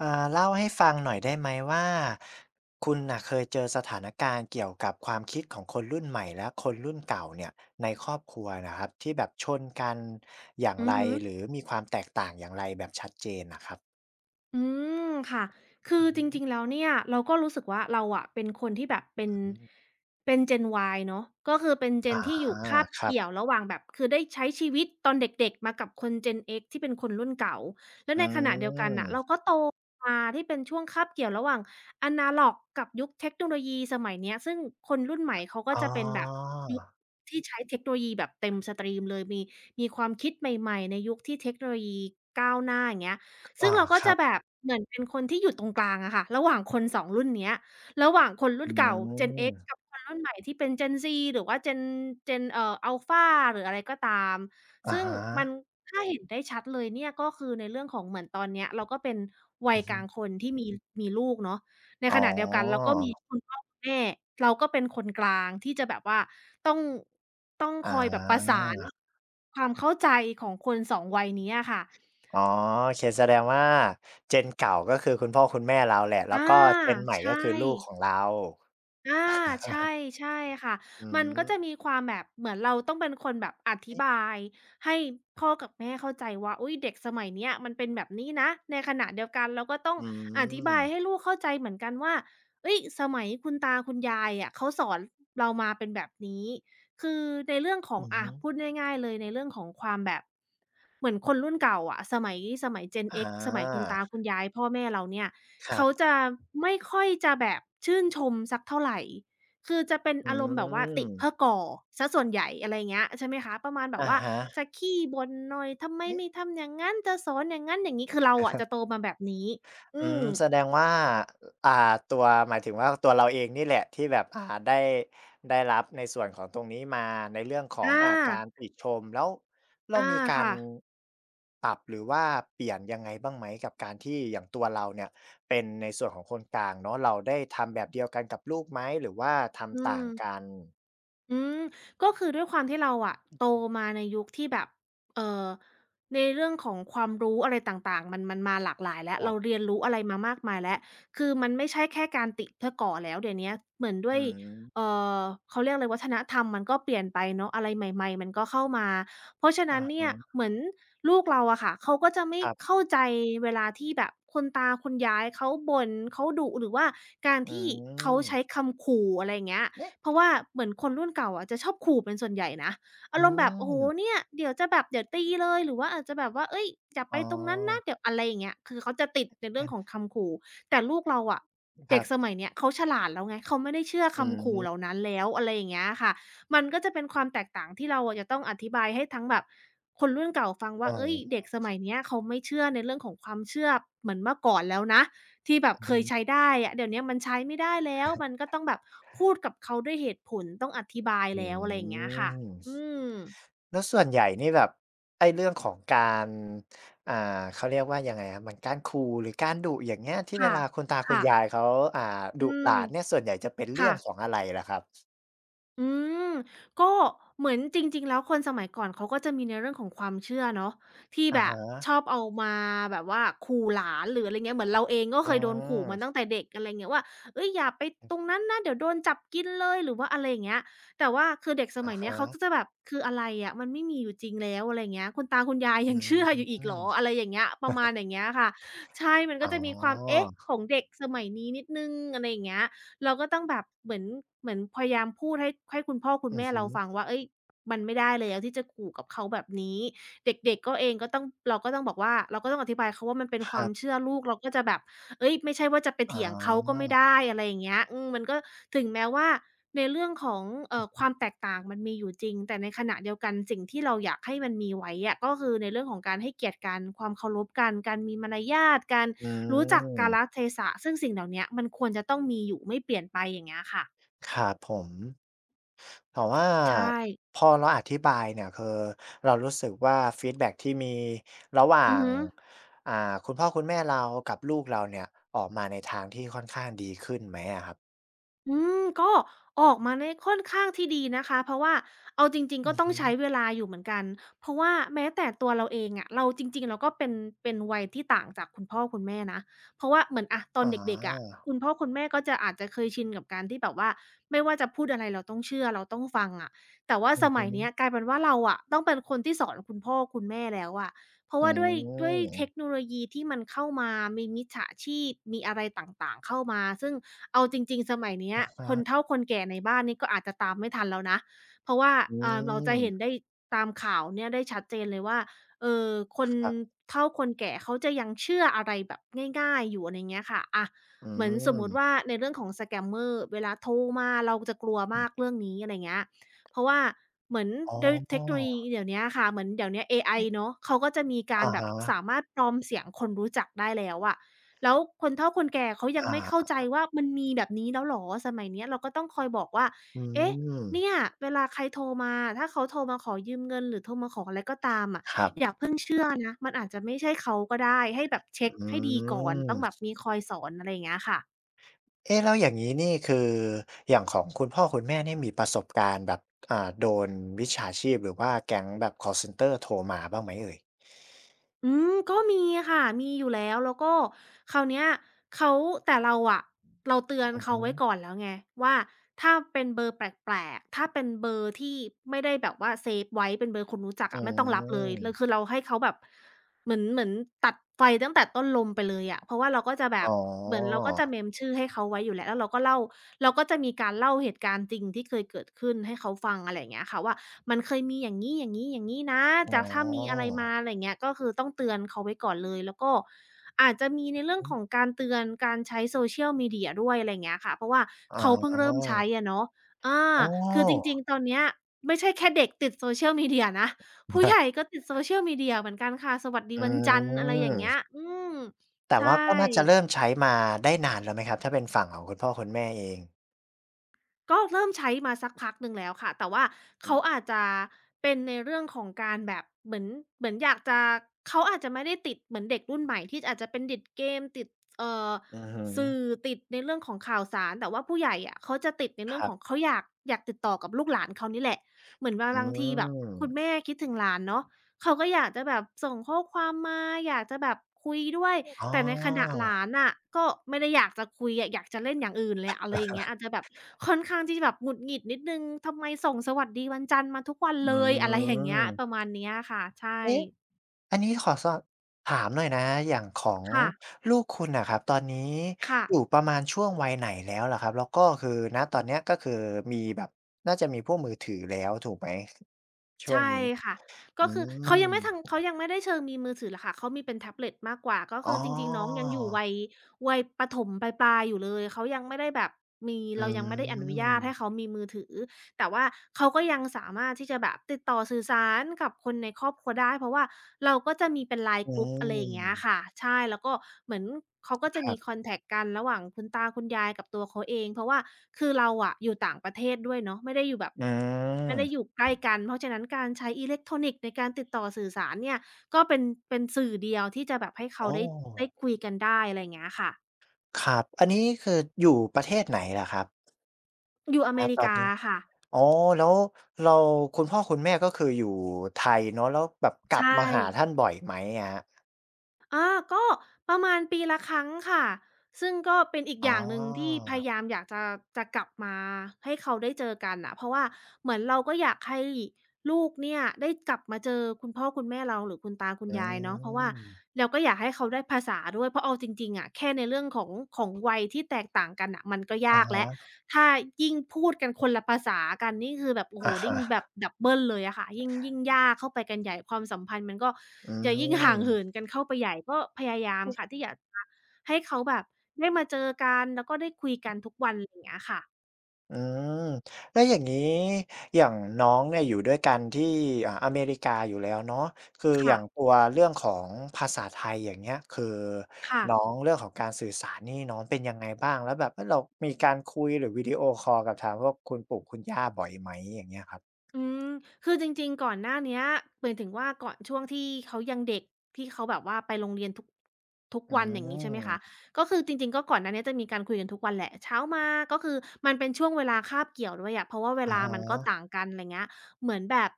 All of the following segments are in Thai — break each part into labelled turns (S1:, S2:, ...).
S1: เล่าให้ฟังหน่อยได้ไหมว่าคุณน่ะเคยเจอสถานการณ์เกี่ยวกับความคิดของคนรุ่นใหม่และคนรุ่นเก่าเนี่ยในครอบครัวนะครับที่แบบชนกันอย่าง
S2: อือ
S1: ไร
S2: ฮึ
S1: หรือมีความแตกต่างอย่างไรแบบชัดเจนน่ะครับ
S2: อืมค่ะคื
S1: อื
S2: อ
S1: อฮึ
S2: จริงๆ แล้วเนี่ยเราก็รู้สึกว่าเราอะเป็นคนที่แบบเป็น
S1: อืม
S2: เป็น Gen Y เนาะก็คือเป็น
S1: อา
S2: Gen ที่อยู่คาบ
S1: ครับ
S2: เกี่ยวระหว่างแบบคือได้ใช้ชีวิตตอนเด็กๆ มากับคน Gen X ที่เป็นคนรุ่นเก่า แล้ว
S1: อื
S2: ในขณะเดียวกันน่ะเรา
S1: ม
S2: ก็โตมาที่เป็นช่วงคาบเกี่ยวระหว่างอะนาล็อกกับยุคเทคโนโลยีสมัยเนี้ยซึ่งคนรุ่นใหม่เขาก็
S1: อ๋อ
S2: จะเป็นแบบยุคที่ใช้เทคโนโลยีแบบเต็มสตรีมเลยมีความคิดใหม่ๆในยุคที่เทคโนโลยีก้าวหน้าอย่างเงี้ย ซึ่ง
S1: อา
S2: เราก็
S1: ครั
S2: จะแบ
S1: บ
S2: บเหมือนเป็นคนที่อยู่ตรงกลางอะค่ะระหว่างคนสองรุ่นเนี้ยระหว่างคนรุ่
S1: อื
S2: นเก่า Gen
S1: ม
S2: X กับคนรุ่นใหม่ที่เป็น Gen Z หรือว่า Gen Alpha หรืออะไรก็ตาม
S1: อะ
S2: ซึ่ง
S1: ฮะ
S2: มันถ้าเห็นได้ชัดเลยเนี่ยก็คือในเรื่องของเหมือนตอนเนี้ยเราก็เป็นวัย
S1: อือ
S2: ก
S1: ฮึ
S2: ลางคนที่มีลูกเนาะใน
S1: อ๋
S2: ข
S1: อ
S2: ณะเดียวกันเราก็มีคุณพ่อคุณแม่เราก็เป็นคนกลางที่จะแบบว่าต้องต้องค
S1: อา
S2: อยแบบประสานความเข้าใจของคนสองวัยนี้อะค่ะ
S1: อ๋อโอเคแสดงว่าเจนเก่าก็คือคุณพ่อคุณแม่เราแหละแล้ว
S2: อา
S1: ก็เจนใหม่ก็
S2: ใช่
S1: คือลูกของเรา
S2: อาใช่ใช่ค่ะ
S1: อื
S2: มันก็จะมี
S1: ม
S2: ความแบบเหมือนเราต้องเป็นคนแบบอธิ
S1: เอ๊ะ
S2: บายให้พ่อกับแม่เข้าใจว่าอุ๊ยเด็กสมัยเนี้ยมันเป็นแบบนี้นะในขณะเดียวกันเราก็ต้อง
S1: อื
S2: อธิบายให้
S1: ม
S2: ลูกเข้าใจเหมือนกันว่าเฮ้ยสมัยคุณตาคุณยายอะเขาสอนเรามาเป็นแบบนี้คือในเรื่องของ
S1: อือ
S2: อะ
S1: ฮึ
S2: พูดง่ายๆเลยในเรื่องของความแบบเหมือนคนรุ่นเก่าอะสมัย Gen
S1: อา
S2: X สมัยคุณตาคุณยายพ่อแม่เราเนี่ย
S1: ครั
S2: เขา
S1: บ
S2: จะไม่ค่อยจะแบบชื่นชมสักเท่าไรคือจะเป็น
S1: อื
S2: อารมณ์แบบว่าติเพื่อ
S1: ม
S2: ก่อเสียส่วนใหญ่อะไรอย่างเงี้ยใช่ไหมคะประมาณแบบ
S1: อะ
S2: ว่า
S1: ฮะ
S2: จะขี้บ่นหน่อยทำไม
S1: เอ๊
S2: ไม่ทำอย่างงั้นจะสอนอย่างงั้นอย่างงี้คือเราอะ
S1: ะ
S2: จะโตมาแบบนี้
S1: อื
S2: อืม
S1: มแสดงว่าอ่าตัวหมายถึงว่าตัวเราเองนี่แหละที่แบบได้ได้รับในส่วนของตรงนี้มาในเรื่องขอ
S2: อ
S1: งกา
S2: า
S1: รติชมแล้วเรา
S2: อา
S1: มีการ
S2: ค่ะ
S1: ปรับหรือว่าเปลี่ยนยังไงบ้างไหมกับการที่อย่างตัวเราเนี่ยเป็นในส่วนของคนกลางเนาะเราได้ทำแบบเดียวกันกับลูกไหมหรือว่า
S2: อื
S1: ทำต่า
S2: ม
S1: งกัน
S2: อืมก็คือด้วยความที่เราอะโตมาในยุคที่แบบเอ่อในเรื่องของความรู้อะไรต่างๆมันมาหลากหลายแล้ว
S1: ครั
S2: เรา
S1: บ
S2: เรียนรู้อะไรมามากมายแล้วคือมันไม่ใช่แค่การติเพื่อก่อแล้วเดี๋ยวเนี้ยเหมือนด้ว
S1: อื
S2: ยเอ่
S1: ม
S2: อเขาเรียกอะไรวัฒนธรรมมันก็เปลี่ยนไปเนาะอะไรใหม่ๆมันก็เข้ามาเพราะฉะ
S1: อะ
S2: นั้นเนี่ย
S1: ฮะ
S2: เหมือนลูกเราอะค่ะเขาก็จะไม่
S1: ครับ
S2: เข้าใจเวลาที่แบบคุณตาคุณยายเขาบ่นเขาดุหรือว่าการ
S1: อื
S2: ที่เขา
S1: ม
S2: ใช้คำขู่อะไรอย่างเงี้ย
S1: เอ๊ะ
S2: เพราะว่าเหมือนคนรุ่นเก่าอะจะชอบขู่เป็นส่วนใหญ่นะอา
S1: อื
S2: รมณ์แบบโอ้โฮ
S1: ม
S2: เนี่ยเดี๋ยวจะแบบเดี๋ยวตีเลยหรือว่าอาจจะแบบว่าเฮ้ยอย่าไป
S1: อ๋
S2: ตรงนั้นนะ
S1: อ
S2: เดี๋ยวอะไรอย่างเงี้ยคือเขาจะติดในเรื่อ
S1: อา
S2: งของคำขู่แต่ลูกเราอะ
S1: ค
S2: เด็
S1: รั
S2: กส
S1: บ
S2: มัยเนี้ยเขาฉลาดแล้วไงเขาไม่ได้เชื่อ
S1: อื
S2: คำขู่
S1: ม
S2: เหล่านั้นแล้วอะไรอย่างเงี้ยค่ะมันก็จะเป็นความแตกต่างที่เราอะจะต้องอธิบายให้ทั้งแบบคนรุ่นเก่าฟัง
S1: อ๋
S2: ว่าเฮ้ย
S1: อ
S2: เด็กสมัยเนี้ยเขาไม่เชื่อในเรื่องของความเชื่อเหมือนเมื่อก่อนแล้วนะ ที่แบบ
S1: อือ
S2: เค
S1: ฮึ
S2: ยใช้ได้อะเดี๋ยวเนี้ยมันใช้ไม่ได้แล้วมันก็ต้องแบบพูดกับเขาด้วยเหตุผลต้องอธิบาย
S1: อื
S2: แล้วอะไรอย่างเงี้ยค่ะ
S1: ม
S2: อืม
S1: แล้วส่วนใหญ่นี่แบบไอ้เรื่องของการอ่าเขาเรียกว่ายังไงครับเหมือนการขู่หรือการดุอย่างเงี้ยที่เว
S2: ค่ะ
S1: ลาคุณตาคุณ
S2: ค่ะ
S1: ยายเขาอ่า
S2: อื
S1: ดุห
S2: ม
S1: ลานเนี่ยส่วนใหญ่จะเป็นเรื่
S2: ค่ะ
S1: องของอะไรล่ะครับ
S2: อืมก็เหมือนจริงๆแล้วคนสมัยก่อนเขาก็จะมีในเรื่องของความเชื่อเนาะที่
S1: อะ
S2: แบ
S1: ฮ
S2: บชอ
S1: ะ
S2: บเอามาแบบว่าขู่หลานหรืออะไรเงี้ยเหมือนเราเองก็
S1: อื
S2: เคยโดนขู่มาตั้
S1: ม
S2: งแต่เด็กอะไรเงี้ยว่าเฮ้ยอย่าไปตรงนั้นนะเดี๋ยวโดนจับกินเลยหรือว่าอะไรอย่างเงี้ยแต่ว่าคือเด็กส
S1: อะ
S2: มัยเนี้ยเขาก็
S1: ฮะ
S2: จะแบบคืออะไรอะมันไม่มีอยู่จริงแล้วอะไรอย่างเงี้ยคุณตาคุณยาย
S1: อื
S2: ยังเชื่ออยู่อีกเหรอ
S1: ม
S2: อะไรอย่างเงี้ยประมาณอย่างเงี้ยค่ะใช่มันก็
S1: อ๋อ
S2: จะมีความเอ๊ะของเด็กสมัยนี้นิดหนึ่งอะไรอย่างเงี้ย เราก็ต้องแบบเหมือนเหมือนพยายามพูดให้คุณพ่อคุณ
S1: อือ
S2: แม่
S1: ฮึ
S2: เราฟังว่าเอ้ยมันไม่ได้แล้วที่จะขู่กับเขาแบบนี้เด็กๆก็เองก็ต้องเราก็ต้องบอกว่าเราก็ต้องอธิบายเขาว่ามันเป็น
S1: ค
S2: ควา
S1: รั
S2: ม
S1: บ
S2: เชื่อลูกเราก็จะแบบ เฮ้ยไม่ใช่ว่าจะไป
S1: อ๋
S2: เถียงเขาก็
S1: อ
S2: ไม่ได้อะไรอย่างเงี้ยอืมมันก็ถึงแม้ว่าในเรื่องของความแตกต่างมันมีอยู่จริงแต่ในขณะเดียวกันสิ่งที่เราอยากให้มันมีไว้อะก็คือในเรื่องของการให้เกียรติกันความเคารพกันการมีมารยาทการ
S1: อื
S2: รู้จักกาล
S1: ม
S2: เทศะซึ่งสิ่งเหล่าเนี้ยมันควรจะต้องมีอยู่ไม่เปลี่ยนไปอย่างเงี้ยค่ะ
S1: ครับผม แต่ว่า
S2: ใช่
S1: พอเราอธิบายเนี่ยคือเรารู้สึกว่าฟีดแบ็กที่มีระหว่า
S2: อือ
S1: ง
S2: ฮึ
S1: อ่าคุณพ่อคุณแม่เรากับลูกเราเนี่ยออกมาในทางที่ค่อนข้างดีขึ้นไหมอะครับ
S2: อืมก็ออกมาใน้ค่อนข้างที่ดีนะคะเพราะว่าเอาจริงๆก็
S1: อือ
S2: ต้อง
S1: ฮึ
S2: ใช้เวลาอยู่เหมือนกันเพราะว่าแม้แต่ตัวเราเองอะเราจริงๆเราก็เป็นวัยที่ต่างจากคุณพ่อคุณแม่นะเพราะว่าเหมือนอะตอ
S1: อ๋
S2: นเด็กๆอะ
S1: อ
S2: คุณพ่อคุณแม่ก็จะอาจจะเคยชินกับการที่แบบว่าไม่ว่าจะพูดอะไรเราต้องเชื่อเราต้องฟังอะแต่ว่า
S1: อื
S2: ส
S1: อฮึ
S2: มัยเนี้ยกลายเป็นว่าเราอะต้องเป็นคนที่สอนคุณพ่อคุณแม่แล้วอะ เพราะ
S1: อื
S2: ว่าด้วยเทค
S1: ม
S2: โนโลยีที่มันเข้ามา มีมิจฉาชีพมีอะไรต่างๆเข้ามาซึ่งเอาจริงๆสมัยเนี้ย
S1: อะ
S2: คน
S1: ฮะ
S2: เฒ่าคนแก่ในบ้านนี่ก็อาจจะตามไม่ทันแล้วนะเพราะว่า
S1: อื
S2: อ่าเราจะ
S1: ม
S2: เห็นได้ตามข่าวเนี่ยได้ชัดเจนเลยว่าเอ่อคน
S1: ครับ
S2: เฒ่าคนแก่เขาจะยังเชื่ออะไรแบบง่ายๆอยู่อะไรเงี้ยค่ะอะ
S1: อื
S2: เหมือนสมมุ
S1: ม
S2: ติว่าในเรื่องของสแกมเมอร์เวลาโทรมาเราจะกลัวมากเรื่องนี้อะไรเงี้ย เพราะว่าเหมือน
S1: อ๋อ
S2: ด้วยเทคโนโลยีเดี๋ยวเนี้ยค่ะเหมือนเดี๋ยวเนี้ยเอไอ
S1: เอ๊ะ
S2: เนาะเขาก็จะมีการ
S1: อะ
S2: แบบ
S1: ฮะ
S2: สามารถปลอมเสียงคนรู้จักได้แล้วอะแล้วคนเฒ่าคนแก่เขายังไม่เข้า
S1: อา
S2: ใจว่ามันมีแบบนี้แล้วเหรอสมัยเนี้ยเราก็ต้องคอยบอกว่า
S1: อื
S2: เอ๊ะเนี่
S1: ม
S2: ยเวลาใครโทรมาถ้าเขาโทรมาขอยืมเงินหรือโทรมาขออะไรก็ตามอะ
S1: ครับ
S2: อย่าเพิ่งเชื่อนะมันอาจจะไม่ใช่เขาก็ได้ให้แบบ
S1: อ
S2: เช็กให้ดี
S1: ื
S2: ก่อนต้องแบบ
S1: ม
S2: มีคอยสอนอะไรอย่างเงี้ยค่ะ
S1: เอ๊ะแล้วอย่างงี้นี่คืออย่างของคุณพ่อคุณแม่นี่มีประสบการณ์แบบโดนมิจฉาชีพหรือว่าแก๊งแบบคอลเซนเตอร์โทรมาบ้างไหมเอ่ย
S2: อืมก็มีค่ะมีอยู่แล้วแล้วก็คราวเนี้ยเขาแต่เราอะเราเตือน
S1: อือ
S2: เขา
S1: ฮึ
S2: ไว้ก่อนแล้วไงว่าถ้าเป็นเบอร์แปลกๆถ้าเป็นเบอร์ที่ไม่ได้แบบว่าเซฟไว้เป็นเบอร์คนรู้จัก
S1: อื
S2: อะไม่ต้องรับเลยแล้วคือ
S1: ม
S2: เราให้เขาแบบ เหมือนตัดไฟตั้งแต่ต้นลมไปเลยอะเพราะว่าเราก็จะแบ
S1: อ๋อ
S2: บ เหมือนเราก็จะ mem ชื่อให้เขาไว้อยู่แล้วแล้วเราก็เล่าเราก็จะมีการเล่าเหตุการณ์จริงที่เคยเกิดขึ้นให้เขาฟังอะไรอย่างเงี้ยค่ะว่ามันเคยมีอย่างงี้ๆๆนะ
S1: อ๋อ
S2: จะถ้ามีอะไรมาอะไรอย่างเงี้ยก็คือต้องเตือนเขาไว้ก่อนเลยแล้วก็อาจจะมีใน
S1: อ
S2: เรื่อง
S1: ืม
S2: ของการเตือนการใช้ social media ด้วยอะไรอย่างเงี้ยค่ะเพราะว่า
S1: อ๋อ
S2: เขาเพิ่งเริ่ มใช้อะเนาะอา
S1: โอ้
S2: คือจริงๆตอนเนี้ยไม่ใช่แค่เด็กติด social media นะ ผู้ใหญ่ก็ติด social media เหมือนกันค่ะ สวัสดี
S1: อื
S2: วันจันทร์อะไรอย่างเงี้ย
S1: ม
S2: อืม
S1: แต่
S2: ใช่
S1: ว่าก็น่าจะเริ่มใช้มาได้นานแล้วไหมครับถ้าเป็นฝั่งของคุณพ่อคุณแม่เอง
S2: ก็เริ่มใช้มาสักพักหนึ่งแล้วค่ะแต่ว่า
S1: อื
S2: เขาอา
S1: ม
S2: จจะเป็นในเรื่องของการแบบเหมือนอยากจะเขาอาจจะไม่ได้ติดเหมือนเด็กรุ่นใหม่ที่อาจจะเป็นติดเกมติดเอ่อ
S1: อือฮึ
S2: สื่อติดในเรื่องของข่าวสารแต่ว่าผู้ใหญ่อะเขาจะติดใน
S1: ค
S2: เรื่อง
S1: รั
S2: ของ
S1: บ
S2: เขาอยากติดต่อกับลูกหลานเขานี่แหละเหมือนว่า
S1: อื
S2: บางทีแบบคุณ
S1: ม
S2: แม่คิดถึงหลานเนาะเขาก็อยากจะแบบส่งข้อความมาอยากจะแบบคุยด้วย
S1: อ๋
S2: แต่ในขณะ
S1: อ
S2: หลานน่ะก็ไม่ได้อยากจะคุยอะอยากจะเล่นอย่างอื่นเลยอะอะไรอย่างเงี้ยอาจจะแบบค่อนข้างที่จะแบบหงุดหงิดนิดหนึ่งทำไมส่งสวัสดีวันจันทร์มาทุกวัน
S1: อื
S2: เลยอะไรอย่างเงี้ยประ
S1: ม
S2: มาณเนี้ยค่ะใช่
S1: เอ๊ะ อันนี้ขอสอบถามหน่อยนะอย่างของ
S2: ค่ะ
S1: ลูกคุณน่ะครับตอนนี้
S2: ค่ะ
S1: อยู่ประมาณช่วงวัยไหนแล้วเหรอครับแล้วก็คือณตอนเนี้ยก็คือมีแบบน่าจะมีพวกมือถือแล้วถูกไหมช่วง
S2: ใช่
S1: นี้
S2: ค่ะ
S1: อื
S2: ก็คือเขายังไม่ทั
S1: ม
S2: นเขายังไม่ได้เชิงมีมือถือหรอกค่ะเขามีเป็นแท็บเล็ตมากกว่าก็
S1: อ๋อ
S2: คือจริงๆน้องยังอยู่วัยประถมปลายๆอยู่เลยเขายังไม่ได้แบบมี
S1: อื
S2: เรายังไม่ได้อนุญา
S1: ม
S2: ตให้เขามีมือถือ แต่ว่าเขาก็ยังสามารถที่จะแบบติดต่อสื่อสารกับคนในครอบครัวได้เพราะว่าเราก็จะมีเป็น LINE
S1: อื
S2: กรุ๊ปอะไรอย่า
S1: ม
S2: งเงี้ยค่ะใช่แล้วก็เหมือนเขาก็จะ
S1: ครั
S2: มีค
S1: บ
S2: อนแท็กกันระหว่างคุณตาคุณยายกับตัวเขาเองเพราะว่าคือเราอะอยู่ต่างประเทศด้วยเนาะ
S1: อื
S2: ไม่ได้อ
S1: ม
S2: ยู่ใกล้กันเพราะฉะนั้นการใช้อิเล็กทรอนิกส์ในการติดต่อสื่อสารเนี่ยก็เป็นสื่อเดียวที่จะแบบให้เขา
S1: อ๋อ
S2: ได้คุยกันได้อะไรอย่างเงี้ยค่ะ
S1: ครับอันนี้คืออยู่ประเทศไหนเหรอครับ
S2: อยู่อ
S1: ณ
S2: เม
S1: ต
S2: ริ
S1: อน
S2: กา
S1: นี้
S2: ค่ะ
S1: อ๋อแล้วเราคุณพ่อคุณแม่ก็คืออยู่ไทยเนาะแล้วแบบก
S2: ใช
S1: ลับ
S2: ่
S1: มาหาท่านบ่อยไหมอะครับ
S2: อาก็ประมาณปีละครั้งค่ะ ซึ่งก็เป็นอีก
S1: อ๋
S2: อย่างหนึ่งที่
S1: อ
S2: พยายามอยากจะกลับมาให้เขาได้เจอกันน่ะเพราะว่าเหมือนเราก็อยากให้ลูกเนี่ยได้กลับมาเจอคุณพ่อคุณแม่เราหรือคุณตาคุณ
S1: อื
S2: ยายเนาะเพราะว่า
S1: ม
S2: เราก็อยากให้เขาได้ภาษาด้วยเพราะเอาจริงๆอะแค่ในเรื่องของของวัยที่แตกต่างกันน่ะมันก็
S1: อะ
S2: ยากแล้ว
S1: ฮะ
S2: ถ้ายิ่งพูดกันคนละภาษากันนี่คือแบบโอ้โฮ
S1: อะ
S2: ยิ่งแบบ
S1: ฮะ
S2: ดับเบิลเลยอะค่ะยิ่งยิ่งยากเข้าไปกันใหญ่ความสัมพันธ์มันก็
S1: อื
S2: จะยิ่งห่า
S1: ม
S2: งเหินกันเข้าไปใหญ่ก็พยายามค่ะที่อยากจะให้เขาแบบได้มาเจอกันแล้วก็ได้คุยกันทุกวันไรเงี้ยค่ะ
S1: อืมแล้วอย่างงี้อย่างน้องเนี่ยอยู่ด้วยกันที่อเมริกาอยู่แล้วเนาะคืออ
S2: ค่ะ
S1: ย่างตัวเรื่องของภาษาไทยอย่างเงี้ยคือ
S2: ค่ะ
S1: น้องเรื่องของการสื่อสารนี่น้องเป็นยังไงบ้างแล้วแบบเฮ้ยเรามีการคุยหรือวิดีโอคอลกับทางพวกคุณปู่คุณย่าบ่อยไหมอย่างเงี้ยครับ
S2: อืมคือจริงๆก่อนหน้าเนี้ยหมายถึงว่าก่อนช่วงที่เขายังเด็กที่เขาแบบว่าไปโรงเรียนทุกทุก
S1: อ
S2: วันอย่างงี้ใช่ไหม
S1: า
S2: คะก็คือจริงๆก็ก่อนหน้าเนี้ยจะมีการคุยกันทุกวันแหละเช้ามาก็คือมันเป็นช่วงเวลาคาบเกี่ยวด้วยอะเพราะว่าเว
S1: อะ
S2: ลามัน
S1: ฮะ
S2: ก็ต่างกันไรเงี้ยเหมือนแบบ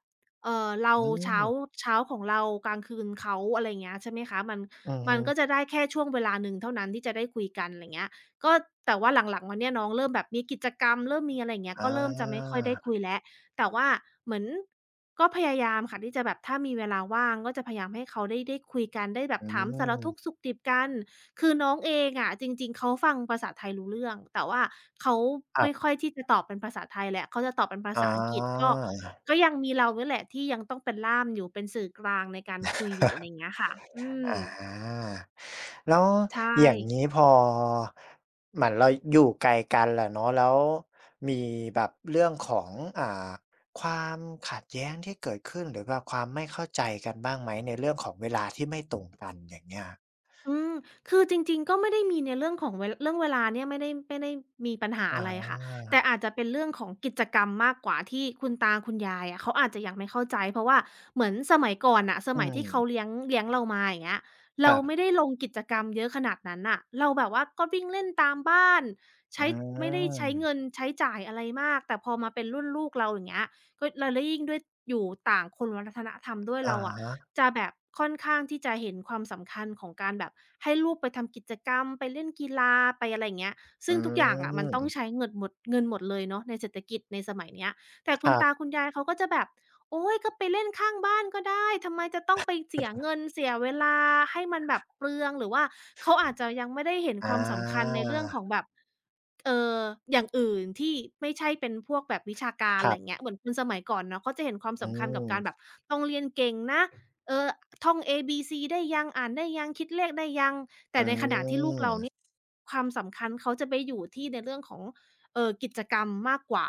S2: เรา
S1: อื
S2: เช้า
S1: ม
S2: เช้าของเรากลางคืนเขาอะไรเงี้ยใช่ไหมคะมัน
S1: อือ
S2: มั
S1: ฮึ
S2: นก็จะได้แค่ช่วงเวลาหนึ่งเท่านั้นที่จะได้คุยกันไรเงี้ยก็แต่ว่าหลังๆมาเนี่ยน้องเริ่มแบบมีกิจกรรมเริ่มมีอะไรอย่างเงี้ยก็
S1: อา
S2: เริ่มจะไม่ค่อยได้คุยแล้ว แต่ว่าเหมือนก็พยายามค่ะที่จะแบบถ้ามีเวลาว่างก็จะพยายามให้เขาได้คุยกันได้แบบ
S1: อื
S2: ถามสาร
S1: ม
S2: ทุกข์สุขดิบกันคือน้องเองอะจริงๆเขาฟังภาษาไทยรู้เรื่องแต่ว่าเขา
S1: ครั
S2: ไม่
S1: บ
S2: ค่อยที่จะตอบเป็นภาษาไทยแหละเขาจะตอบเป็นภา
S1: อา
S2: ษาอังกฤษก็ก็ยังมีเราเนี่ยแหละที่ยังต้องเป็นล่ามอยู่เป็นสื่อกลางในการคุยอยู่อะไรอย่างเงี้ยค่ะอื
S1: อ
S2: ม
S1: อาแล้ว
S2: ใช่
S1: อย่างงี้พอเหมือนเราอยู่ไกลกันแหละเนาะแล้วมีแบบเรื่องของอ่าความขัดแย้งที่เกิดขึ้นหรือแบบความไม่เข้าใจกันบ้างไหมในเรื่องของเวลาที่ไม่ตรงกันอย่างเงี้ย
S2: อืมคือจริงๆก็ไม่ได้มีในเรื่องของเรื่องเวลาเนี่ยไม่ได้มีปัญหาอะ
S1: อา
S2: ไรค่ะแต่อาจจะเป็นเรื่องของกิจกรรมมากกว่าที่คุณตาคุณยายอะเขาอาจจะยังไม่เข้าใจเพราะว่าเหมือนสมัยก่อนน่ะส
S1: อื
S2: มัย
S1: ม
S2: ที่เขาเลี้ยงเรามาอย่างเงี้ย
S1: ค
S2: เรา
S1: รั
S2: ไม่
S1: บ
S2: ได้ลงกิจกรรมเยอะขนาดนั้นน่ะเราแบบว่าก็วิ่งเล่นตามบ้าน
S1: อื
S2: ใช้ไม่ได้ใช้เงิน
S1: ม
S2: ใช้จ่ายอะไรมากแต่พอมาเป็นรุ่นลูกเราอย่างเงี้ย ก็แล้วยิ่งด้วยอยู่ต่างคนวัฒนธรรมด้วย
S1: อะ
S2: เรา
S1: ฮ
S2: อะ
S1: ะ
S2: จะแบบค่อนข้างที่จะเห็นความสำคัญของการแบบให้ลูกไปทำกิจกรรมไปเล่นกีฬาไปอะไรอย่างเงี้ย
S1: อื
S2: ซึ่งทุกอย่างอะมันต้อง
S1: ม
S2: ใช้เงินหมดเงินหมดเลยเนาะในเศรษฐกิจในสมัยเนี้ยแต่
S1: ค
S2: คุณ
S1: รั
S2: ตา
S1: บ
S2: คุณยายเขาก็จะแบบ โอ๊ยก็ไปเล่นข้างบ้านก็ได้ทำไมจะต้องไปเสียเงินเสียเวลาให้มันแบบเปลืองหรือว่าเขาอาจจะยังไม่ได้เห็นค
S1: อา
S2: วามสำคัญในเรื่องของแบบเอ่ออย่างอื่นที่ไม่ใช่เป็นพวกแบบวิชาการ
S1: ค
S2: อะ
S1: รั
S2: ไร
S1: บ
S2: เงี้ยเหมือนคนสมัยก่อนเนาะเขาจะเห็นความ
S1: อื
S2: สำคัญกับการแบบ
S1: ม
S2: ต้องเรียนเก่งนะเออท่อง ABC ได้ยังอ่านได้ยังคิดเลขได้ยัง
S1: อืม
S2: ความสำคัญเขาจะไปอยู่ที่ในเรื่องของกิจกรรมมากกว่า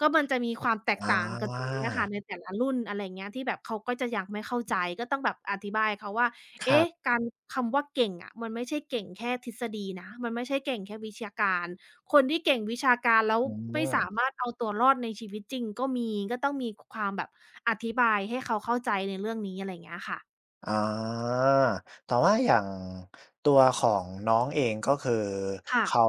S2: ก็มันจะมีความแตก
S1: อ
S2: ต่างกันตรง
S1: า
S2: เนี้ยค่ะในแต่ละรุ่นอะไรอย่างเงี้ยที่แบบเขาก็จะยังไม่เข้าใจก็ต้องแบบอธิบายเขาว่า
S1: ครั
S2: เอ๊ะ
S1: บ
S2: การคำว่าเก่งอะมันไม่ใช่เก่งแค่ทฤษฎีนะมันไม่ใช่เก่งแค่วิชาการคนที่เก่งวิชาการแล้ว
S1: อื
S2: ไม่สา
S1: ม
S2: มารถเอาตัวรอดในชีวิตจริงก็มีก็ต้องมีคความแบบอธิบายให้เขาเข้าใจในเรื่องนี้อะไรอย่างเงี้ยค่ะ
S1: อ๋อแต่ว่าอย่างตัวของน้องเองก็คือ
S2: ค่ะ
S1: เขา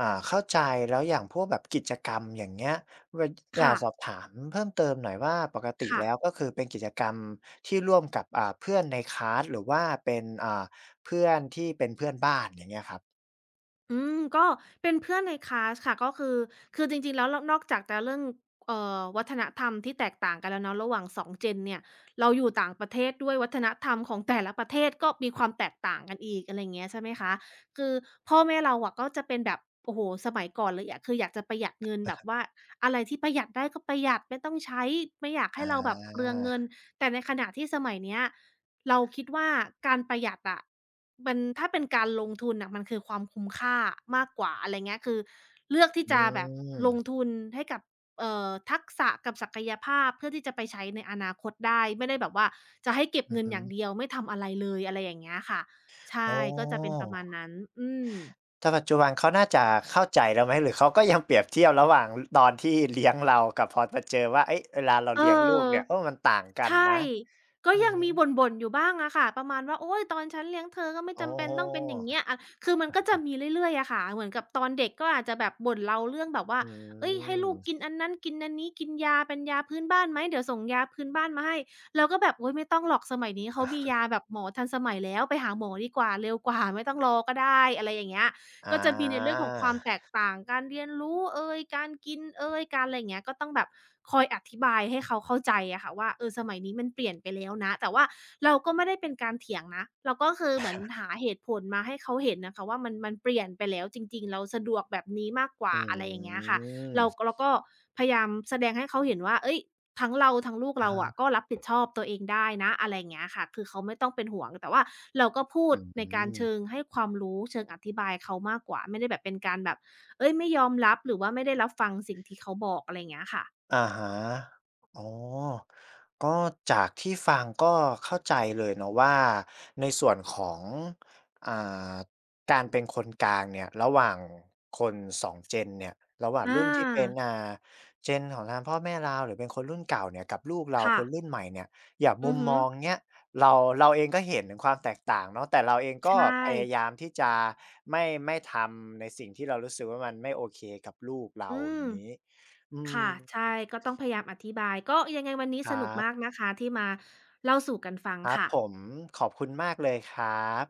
S1: เข้าใจแล้วอย่างพวกแบบกิจกรรมอย่างเงี้ยเวอยาก
S2: ค่ะ
S1: สอบถามเพิ่มเติมหน่อยว่าปกติ
S2: ค่ะ
S1: แล้วก็คือเป็นกิจกรรมที่ร่วมกับเพื่อนในคลาสหรือว่าเป็นเพื่อนที่เป็นเพื่อนบ้านอย่างเงี้ยครับ
S2: ก็เป็นเพื่อนในคลาสค่ะก็คือคือจริงๆแล้วเรานอกจากจะเรื่องวัฒนธรรมที่แตกต่างกันแล้วเนาะระหว่างสองเ e นเนี่ยเราอยู่ต่างประเทศด้วยวัฒนธรรมของแต่ละประเทศก็มีความแตกต่างกันอีกอะไรอย่างเงี้ยใช่ไหมคะคือพ่อแม่เราอะก็จะเป็นแบบโอ้โฮสมัยก่อนเลยอะคืออยากจะประหยัดเงินแบบว่าอะไรที่ประหยัดได้ก็ประหยัดไม่ต้องใช้ไม่อยาก
S1: อ
S2: ให้เราแบบเปลื
S1: า
S2: องเงินแต่ในขณะที่สมัยเนี้ยเราคิดว่าการประหยัดอะ มันถ้าเป็นการลงทุนน่ะมันคือความคุ้มค่ามากกว่าอะไรเงี้ยคือเลือกที่
S1: อื
S2: จะแบบ
S1: ม
S2: ลงทุนให้กับทักษะกับศักยภาพเพื่อที่จะไปใช้ในอนาคตได้ไม่ได้แบบว่าจะให้เก็บ
S1: อือ
S2: เงิน
S1: ฮึ
S2: อย่างเดียวไม่ทำอะไรเลยอะไรอย่างเงี้ยค่ะใช่
S1: โอ้
S2: ก็จะเป็น
S1: อ
S2: ประมาณนั้นอืม
S1: แต่ปัจจุบันเขาน่าจะเข้าใจแล้วไหมหรือเขาก็ยังเปรียบเทียบระหว่างตอนที่เลี้ยงเรากับพอมาเจอว่าเอ้ยเวลาเรา
S2: เอ
S1: เลี้ยงลูก
S2: อ
S1: เนี่ยเออมันต่างกัน
S2: ใช่
S1: นะ
S2: ก็
S1: อื
S2: ยั
S1: อ
S2: ง
S1: ฮึ
S2: มีบ่นๆอยู่บ้างอะค่ะประมาณว่าโอ๊ยตอนฉันเลี้ยงเธอก็ไม่
S1: โอ๋อ
S2: จำเป็นต้องเป็นอย่างเงี้ยอะคือมันก็จะมีเรื่อยๆอะค่ะเหมือนกับตอนเด็กก็อาจจะแบบบ่นเราเรื่องแบบว่า
S1: อื
S2: เฮ้ยให้ลูก
S1: ม
S2: กินอันนั้นกินอันนี้กินยาเป็นยาพื้นบ้านไหมเดี๋ยวส่งยาพื้นบ้านมาให้เราก็แบบโอ๊ยไม่ต้องหรอกสมัยนี้เขามี
S1: อ
S2: ยาแบบหมอทันสมัยแล้วไปหาหมอดีกว่าเร็วกว่าไม่ต้องรอก็ได้อะไรอย่างเงี้ย
S1: อา
S2: ก็จะมีในเรื่องของความแตกต่างการเรียนรู้เอยการกินเอยการอะไรอย่างเงี้ยก็ต้องแบบคอยอธิบายให้เขาเข้าใจอะค่ะว่าเออสมัยนี้มันเปลี่ยนไปแล้วนะแต่ว่าเราก็ไม่ได้เป็นการเถียงนะเราก็คือเหมือนหาเหตุผลมาให้เขาเห็นน่ะค่ะว่ามันเปลี่ยนไปแล้วจริงๆเราสะดวกแบบนี้มากก
S1: อ
S2: ว่าอะไรอย่าง
S1: ื
S2: เงี้ยค่ะเรา
S1: ม
S2: เราก็พยายามแสดงให้เขาเห็นว่าเฮ้ย ทั้งเราทั้งลูก
S1: อะ
S2: เรา
S1: ฮะ
S2: อะก็รับผิดชอบตัวเองได้นะอะไรอย่างเงี้ยค่ะคือเขาไม่ต้องเป็นห่วงแต่ว่าเราก็พู
S1: อื
S2: ดในการเชิง
S1: ม
S2: ให้ความรู้เชิงอธิบายเขามากกว่าไม่ได้แบบเป็นการแบบเฮ้ยไม่ยอมรับหรือว่าไม่ได้รับฟังสิ่งที่เขาบอกอะไรอย่างเงี้ยค่ะ
S1: อะฮะอ๋อก็จากที่ฟังก็เข้าใจเลยเนาะว่าในส่วนของอ่าการเป็นคนกลางเนี่ยระหว่างคนสองเจนเนี่ยระหว่าง
S2: อ
S1: รุ่นที่เป็น
S2: า
S1: เจนของทางพ่อแม่เราหรือเป็นคนรุ่นเก่าเนี่ยกับลูกเรา
S2: ค่ะ
S1: คนรุ่นใหม่เนี่ยอย่างมุ
S2: อือ
S1: ม
S2: ฮึ
S1: มองเนี้ยเราเราเองก็เห็นถึงความแตกต่างเนาะแต่เราเอง
S2: ใช
S1: ก็พยายา
S2: ่
S1: มที่จะไม่ทำในสิ่งที่เรารู้สึกว่ามันไม่โอเคกับลูกเรา
S2: อื
S1: อ
S2: ม
S1: ย่างงี้อื
S2: ค่ะใช่
S1: ม
S2: ก็ต้องพยายามอธิบายก็ยังไงวันนี้
S1: ค
S2: สนุ
S1: รั
S2: ก
S1: บ
S2: มากนะคะที่มาเล่าสู่กันฟัง
S1: ครับ
S2: ค่ะ
S1: ผมขอบคุณมากเลยครับ